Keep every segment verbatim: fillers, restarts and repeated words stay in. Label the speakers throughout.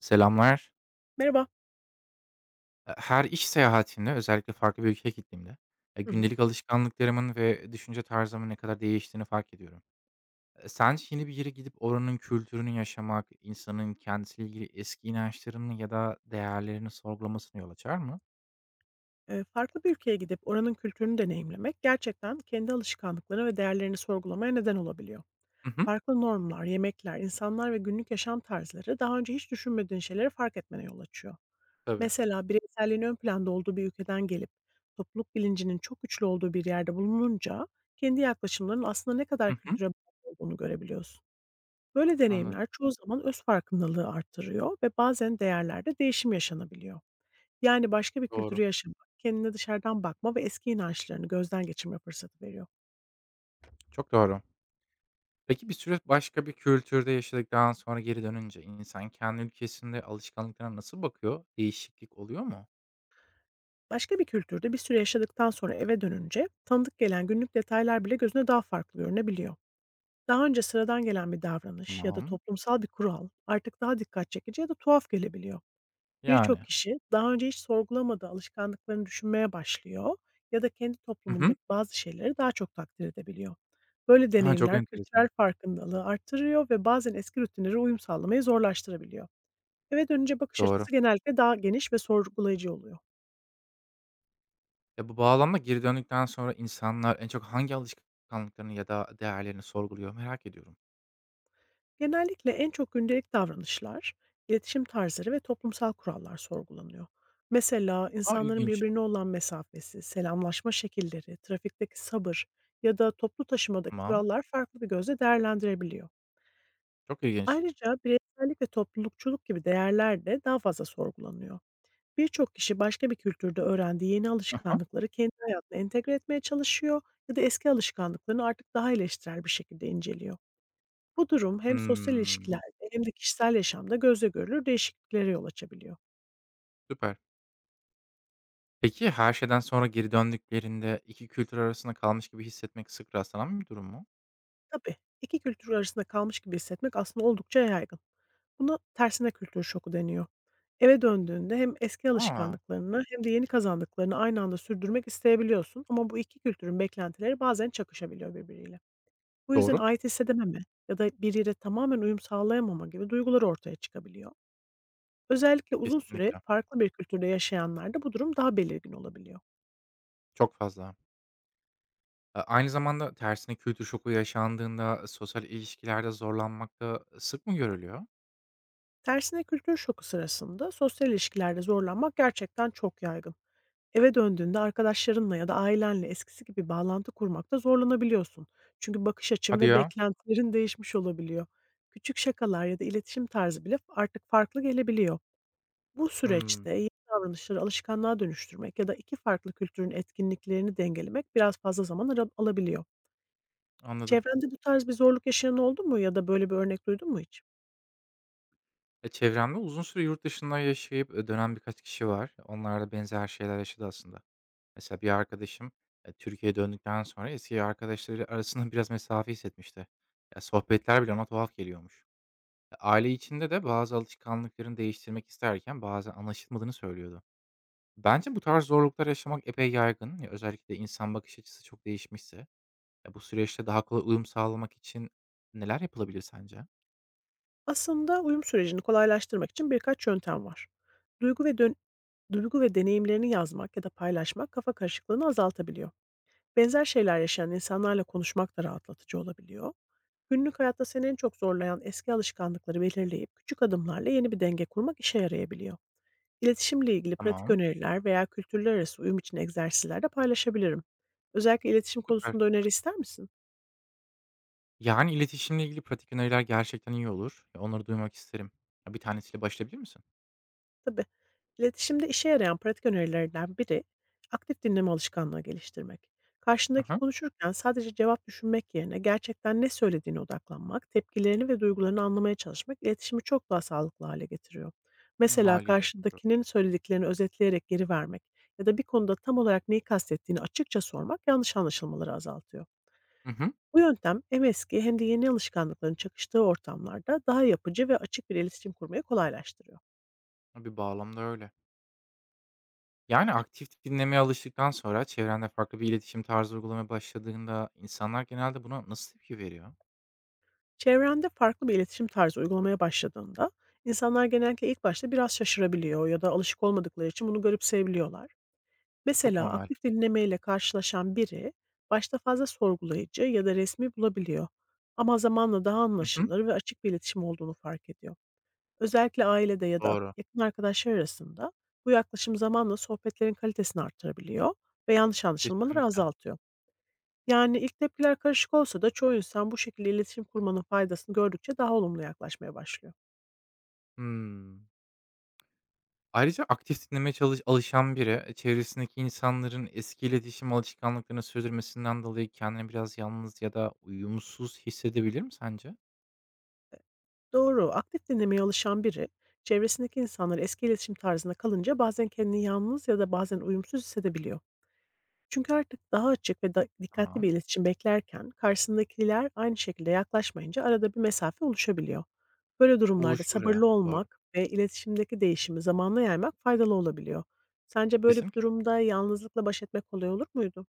Speaker 1: Selamlar.
Speaker 2: Merhaba.
Speaker 1: E, Her iş seyahatimde, özellikle farklı bir ülkeye gittiğimde, e,
Speaker 2: Hı hı.
Speaker 1: gündelik alışkanlıklarımın ve düşünce tarzımın ne kadar değiştiğini fark ediyorum. E, Sence yeni bir yere gidip oranın kültürünü yaşamak, insanın kendisiyle ilgili eski inançlarını ya da değerlerini sorgulamasını yol açar mı?
Speaker 2: Eee, farklı bir ülkeye gidip oranın kültürünü deneyimlemek gerçekten kendi alışkanlıklarını ve değerlerini sorgulamaya neden olabiliyor.
Speaker 1: Hı hı.
Speaker 2: Farklı normlar, yemekler, insanlar ve günlük yaşam tarzları daha önce hiç düşünmediğin şeyleri fark etmene yol açıyor.
Speaker 1: Tabii.
Speaker 2: Mesela bireyselliğin ön planda olduğu bir ülkeden gelip topluluk bilincinin çok güçlü olduğu bir yerde bulununca kendi yaklaşımların aslında ne kadar
Speaker 1: Hı hı.
Speaker 2: kültüre bağlı olduğunu görebiliyorsun. Böyle
Speaker 1: Anladım.
Speaker 2: deneyimler çoğu zaman öz farkındalığı arttırıyor ve bazen değerlerde değişim yaşanabiliyor. Yani başka bir kültürü
Speaker 1: Doğru.
Speaker 2: yaşamak, kendine dışarıdan bakma ve eski inançlarını gözden geçirme fırsatı veriyor.
Speaker 1: Çok doğru. Peki bir süre başka bir kültürde yaşadıktan sonra geri dönünce insan kendi ülkesinde alışkanlıklarına nasıl bakıyor? Değişiklik oluyor mu?
Speaker 2: Başka bir kültürde bir süre yaşadıktan sonra eve dönünce tanıdık gelen günlük detaylar bile gözüne daha farklı görünebiliyor. Daha önce sıradan gelen bir davranış ya da
Speaker 1: Tamam.
Speaker 2: toplumsal bir kural artık daha dikkat çekici ya da tuhaf gelebiliyor. Birçok
Speaker 1: Yani.
Speaker 2: kişi daha önce hiç sorgulamadığı alışkanlıklarını düşünmeye başlıyor ya da kendi
Speaker 1: Hı hı.
Speaker 2: toplumundaki bazı şeyleri daha çok takdir edebiliyor. Böyle
Speaker 1: Aha, çok
Speaker 2: deneyimler kültürel
Speaker 1: enteresan.
Speaker 2: farkındalığı arttırıyor ve bazen eski rutinlere uyum sağlamayı zorlaştırabiliyor. Eve dönünce bakış
Speaker 1: Doğru.
Speaker 2: açısı genellikle daha geniş ve sorgulayıcı oluyor.
Speaker 1: Ya, bu bağlamda geri döndükten sonra insanlar en çok hangi alışkanlıklarını ya da değerlerini sorguluyor merak ediyorum.
Speaker 2: Genellikle en çok gündelik davranışlar, iletişim tarzları ve toplumsal kurallar sorgulanıyor. Mesela
Speaker 1: A,
Speaker 2: insanların
Speaker 1: ilginç.
Speaker 2: birbirine olan mesafesi, selamlaşma şekilleri, trafikteki sabır ya da toplu taşımadaki
Speaker 1: Tamam.
Speaker 2: kurallar farklı bir gözle değerlendirebiliyor.
Speaker 1: Çok ilginç.
Speaker 2: Ayrıca bireysellik ve toplulukçuluk gibi değerler de daha fazla sorgulanıyor. Birçok kişi başka bir kültürde öğrendiği yeni
Speaker 1: Hı hı.
Speaker 2: alışkanlıkları kendi hayatına entegre etmeye çalışıyor ya da eski alışkanlıklarını artık daha eleştirel bir şekilde inceliyor. Bu durum hem sosyal ilişkilerde hem de kişisel yaşamda gözle görülür değişikliklere yol açabiliyor.
Speaker 1: Süper. Peki her şeyden sonra geri döndüklerinde iki kültür arasında kalmış gibi hissetmek sık rastlanan bir durum mu?
Speaker 2: Tabii, iki kültür arasında kalmış gibi hissetmek aslında oldukça yaygın. Buna tersine kültür şoku deniyor. Eve döndüğünde hem eski
Speaker 1: A!
Speaker 2: alışkanlıklarını hem de yeni kazandıklarını aynı anda sürdürmek isteyebiliyorsun, ama bu iki kültürün beklentileri bazen çakışabiliyor birbiriyle. Bu yüzden
Speaker 1: Doğru.
Speaker 2: ait hissedememe ya da bir yere tamamen uyum sağlayamama gibi duygular ortaya çıkabiliyor. Özellikle uzun süre
Speaker 1: Kesinlikle.
Speaker 2: farklı bir kültürde yaşayanlarda bu durum daha belirgin olabiliyor.
Speaker 1: Çok fazla. A aynı zamanda tersine kültür şoku yaşandığında sosyal ilişkilerde zorlanmak da sık mı görülüyor?
Speaker 2: Tersine kültür şoku sırasında sosyal ilişkilerde zorlanmak gerçekten çok yaygın. Eve döndüğünde arkadaşlarınla ya da ailenle eskisi gibi bağlantı kurmakta zorlanabiliyorsun. Çünkü bakış açın
Speaker 1: Hadi
Speaker 2: ve
Speaker 1: ya.
Speaker 2: beklentilerin değişmiş olabiliyor. Küçük şakalar ya da iletişim tarzı bile artık farklı gelebiliyor. Bu
Speaker 1: Hımm,
Speaker 2: süreçte yeni davranışları alışkanlığa dönüştürmek ya da iki farklı kültürün etkinliklerini dengelemek biraz fazla zaman ara alabiliyor.
Speaker 1: anladım.
Speaker 2: Çevrende bu tarz bir zorluk yaşayan oldu mu ya da böyle bir örnek duydun mu hiç?
Speaker 1: E, çevremde uzun süre yurt dışında yaşayıp, eee, dönen birkaç kişi var. Onlar da benzer şeyler yaşadı aslında. Mesela bir arkadaşım, eee, Türkiye'ye döndükten sonra eski arkadaşları arasında biraz mesafe hissetmişti. Ya, sohbetler bile ona tuhaf geliyormuş. E, aile içinde de bazı alışkanlıklarını değiştirmek isterken bazen anlaşılmadığını söylüyordu. Bence bu tarz zorluklar yaşamak epey yaygın. Ya, özellikle insan bakış açısı çok değişmişse. Ya, bu süreçte daha kolay uyum sağlamak için neler yapılabilir sence?
Speaker 2: Aslında uyum sürecini kolaylaştırmak için birkaç yöntem var. Duygu ve dön duygu ve deneyimlerini yazmak ya da paylaşmak kafa karışıklığını azaltabiliyor. Benzer şeyler yaşayan insanlarla konuşmak da rahatlatıcı olabiliyor. Günlük hayatta seni en çok zorlayan eski alışkanlıkları belirleyip küçük adımlarla yeni bir denge kurmak işe yarayabiliyor. İletişimle ilgili pratik
Speaker 1: Tamam,
Speaker 2: öneriler veya kültürler arası uyum için egzersizler de paylaşabilirim. Özellikle iletişim
Speaker 1: süper.
Speaker 2: konusunda öneri ister misin?
Speaker 1: Yani, iletişimle ilgili pratik öneriler gerçekten iyi olur. Ya, onları duymak isterim. Ya, bir tanesiyle başlayabilir misin?
Speaker 2: Tabii. İletişimde işe yarayan pratik önerilerden biri, aktif dinleme alışkanlığı geliştirmek.
Speaker 1: Hı
Speaker 2: Karşındaki
Speaker 1: hı.
Speaker 2: konuşurken sadece cevap düşünmek yerine gerçekten ne söylediğine odaklanmak, tepkilerini ve duygularını anlamaya çalışmak iletişimi çok daha sağlıklı hale getiriyor.
Speaker 1: Hı,
Speaker 2: Mesela
Speaker 1: hâliyle doğru.
Speaker 2: karşıdakinin söylediklerini özetleyerek geri vermek ya da bir konuda tam olarak neyi kastettiğini açıkça sormak yanlış anlaşılmaları azaltıyor.
Speaker 1: Hı hı.
Speaker 2: Bu yöntem hem eski hem de yeni alışkanlıkların çakıştığı ortamlarda daha yapıcı ve açık bir iletişim kurmayı kolaylaştırıyor.
Speaker 1: Tabii, bağlamda öyle. Yani, aktif dinlemeye alıştıktan sonra çevrende farklı bir iletişim tarzı uygulamaya başladığında insanlar genelde buna nasıl tepki veriyor?
Speaker 2: Çevrende farklı bir iletişim tarzı uygulamaya başladığında insanlar genellikle ilk başta biraz şaşırabiliyor ya da alışık olmadıkları için bunu garipseyebiliyorlar.
Speaker 1: Çok
Speaker 2: Mesela
Speaker 1: normal.
Speaker 2: aktif dinlemeyle karşılaşan biri başta fazla sorgulayıcı ya da resmi bulabiliyor. Ama zamanla daha
Speaker 1: Hı hı.
Speaker 2: anlaşılır ve açık bir iletişim olduğunu fark ediyor. Özellikle ailede ya da ak-
Speaker 1: Doğru.
Speaker 2: yakın arkadaşlar arasında bu yaklaşım zamanla sohbetlerin kalitesini artırabiliyor ve yanlış anlaşılmaları
Speaker 1: Kesinlikle.
Speaker 2: azaltıyor. Yani, ilk tepkiler karışık olsa da çoğu insan bu şekilde iletişim kurmanın faydasını gördükçe daha olumlu yaklaşmaya başlıyor.
Speaker 1: Hımm. Ayrıca aktif dinlemeye çalış alışan biri, eee, çevresindeki insanların eski iletişim alışkanlıklarını sürdürmesinden dolayı kendini biraz yalnız ya da uyumsuz hissedebilir mi sence?
Speaker 2: Doğru. Aktif dinlemeye alışan biri, çevresindeki insanlar eski iletişim tarzına kalınca bazen kendini yalnız ya da bazen uyumsuz hissedebiliyor. Çünkü artık daha açık ve da dikkatli
Speaker 1: Tamam.
Speaker 2: bir iletişim beklerken karşısındakiler aynı şekilde yaklaşmayınca arada bir mesafe oluşabiliyor. Böyle durumlarda
Speaker 1: Oluşur ya.
Speaker 2: sabırlı
Speaker 1: Doğru.
Speaker 2: olmak ve iletişimdeki değişimi zamanla yaymak faydalı olabiliyor. Sence böyle bir
Speaker 1: Kesinlikle.
Speaker 2: durumda yalnızlıkla baş etmek kolay olur muydu?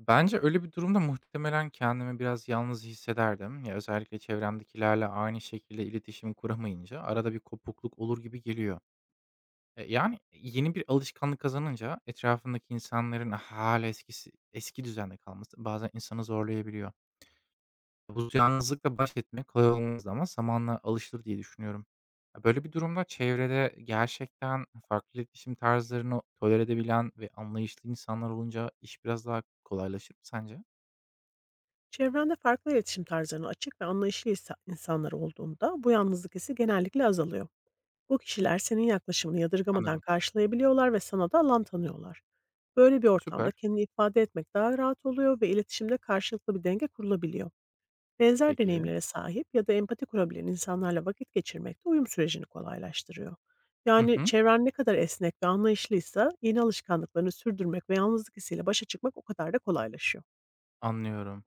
Speaker 1: Bence öyle bir durumda muhtemelen kendimi biraz yalnız hissederdim. Ya, özellikle çevremdekilerle aynı şekilde iletişim kuramayınca arada bir kopukluk olur gibi geliyor. E, yani yeni bir alışkanlık kazanınca etrafındaki insanların hala eskisi eski düzende kalması bazen insanı zorlayabiliyor. Bu yalnızlıkla baş etmek kolay olmaz ama zamanla alışılır diye düşünüyorum. Ya, böyle bir durumda çevrede gerçekten farklı iletişim tarzlarını tolere edebilen ve anlayışlı insanlar olunca iş biraz daha kolaylaşır mı sence?
Speaker 2: Çevrende farklı iletişim tarzlarına açık ve anlayışlı insa- insanlar olduğunda bu yalnızlık hissi genellikle azalıyor. Bu kişiler senin yaklaşımını yadırgamadan
Speaker 1: Anladım.
Speaker 2: karşılayabiliyorlar ve sana da alan tanıyorlar. Böyle bir ortamda
Speaker 1: Süper.
Speaker 2: kendini ifade etmek daha rahat oluyor ve iletişimde karşılıklı bir denge kurulabiliyor. Benzer
Speaker 1: Peki.
Speaker 2: deneyimlere sahip ya da empati kurabilen insanlarla vakit geçirmek de uyum sürecini kolaylaştırıyor.
Speaker 1: Hı
Speaker 2: Yani
Speaker 1: hı.
Speaker 2: çevren ne kadar esnek ve anlayışlıysa yeni alışkanlıklarını sürdürmek ve yalnızlık hissiyle başa çıkmak o kadar da kolaylaşıyor.
Speaker 1: Anlıyorum.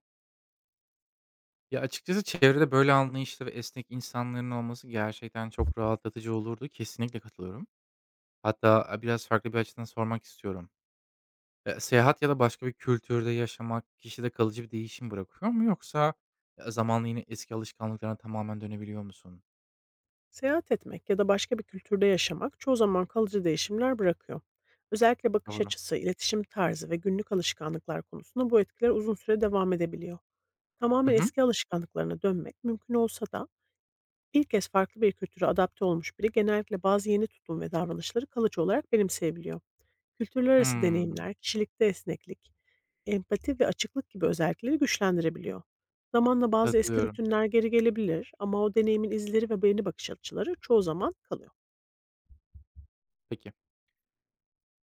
Speaker 1: Ya, açıkçası çevrede böyle anlayışlı ve esnek insanların olması gerçekten çok rahatlatıcı olurdu. Kesinlikle katılıyorum. Hatta, aaa, biraz farklı bir açıdan sormak istiyorum. Eee, seyahat ya da başka bir kültürde yaşamak kişide kalıcı bir değişim bırakıyor mu yoksa, eee, zamanla yine eski alışkanlıklarına tamamen dönebiliyor musun?
Speaker 2: Seyahat etmek ya da başka bir kültürde yaşamak çoğu zaman kalıcı değişimler bırakıyor. Özellikle bakış
Speaker 1: Doğru.
Speaker 2: açısı, iletişim tarzı ve günlük alışkanlıklar konusunda bu etkiler uzun süre devam edebiliyor.
Speaker 1: Hı
Speaker 2: Tamamen
Speaker 1: hı.
Speaker 2: eski alışkanlıklarına dönmek mümkün olsa da ilk kez farklı bir kültüre adapte olmuş biri genellikle bazı yeni tutum ve davranışları kalıcı olarak benimseyebiliyor. Kültürler arası
Speaker 1: Hımm.
Speaker 2: deneyimler, kişilikte esneklik, empati ve açıklık gibi özellikleri güçlendirebiliyor. Zamanla bazı eski
Speaker 1: Katılıyorum.
Speaker 2: rutinler geri gelebilir, ama o deneyimin izleri ve yeni bakış açıları çoğu zaman kalıyor.
Speaker 1: Peki.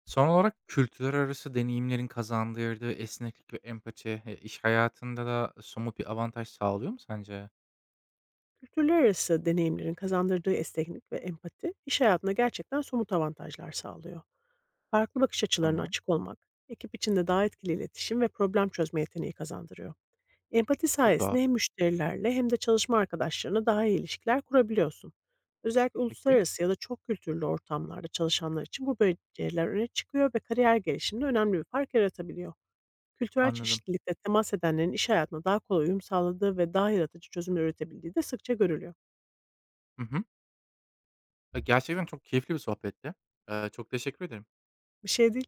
Speaker 1: Son olarak kültürler arası deneyimlerin kazandırdığı esneklik ve empati, eee, iş hayatında da somut bir avantaj sağlıyor mu sence?
Speaker 2: Kültürler arası deneyimlerin kazandırdığı esneklik ve empati, iş hayatında gerçekten somut avantajlar sağlıyor. Farklı bakış açılarına
Speaker 1: Tamam.
Speaker 2: açık olmak, ekip içinde daha etkili iletişim ve problem çözme yeteneği kazandırıyor. Empati
Speaker 1: Çok
Speaker 2: sayesinde
Speaker 1: rahat.
Speaker 2: hem müşterilerle hem de çalışma arkadaşlarına daha iyi ilişkiler kurabiliyorsun. Özellikle
Speaker 1: Peki.
Speaker 2: uluslararası ya da çok kültürlü ortamlarda çalışanlar için bu beceriler öne çıkıyor ve kariyer gelişiminde önemli bir fark yaratabiliyor. Kültürel
Speaker 1: Anladım.
Speaker 2: çeşitlilikle temas edenlerin iş hayatına daha kolay uyum sağladığı ve daha yaratıcı çözümler üretebildiği de sıkça görülüyor.
Speaker 1: Hı hı. Eee, gerçekten çok keyifli bir sohbetti. Eee, çok teşekkür ederim.
Speaker 2: Bir şey değil.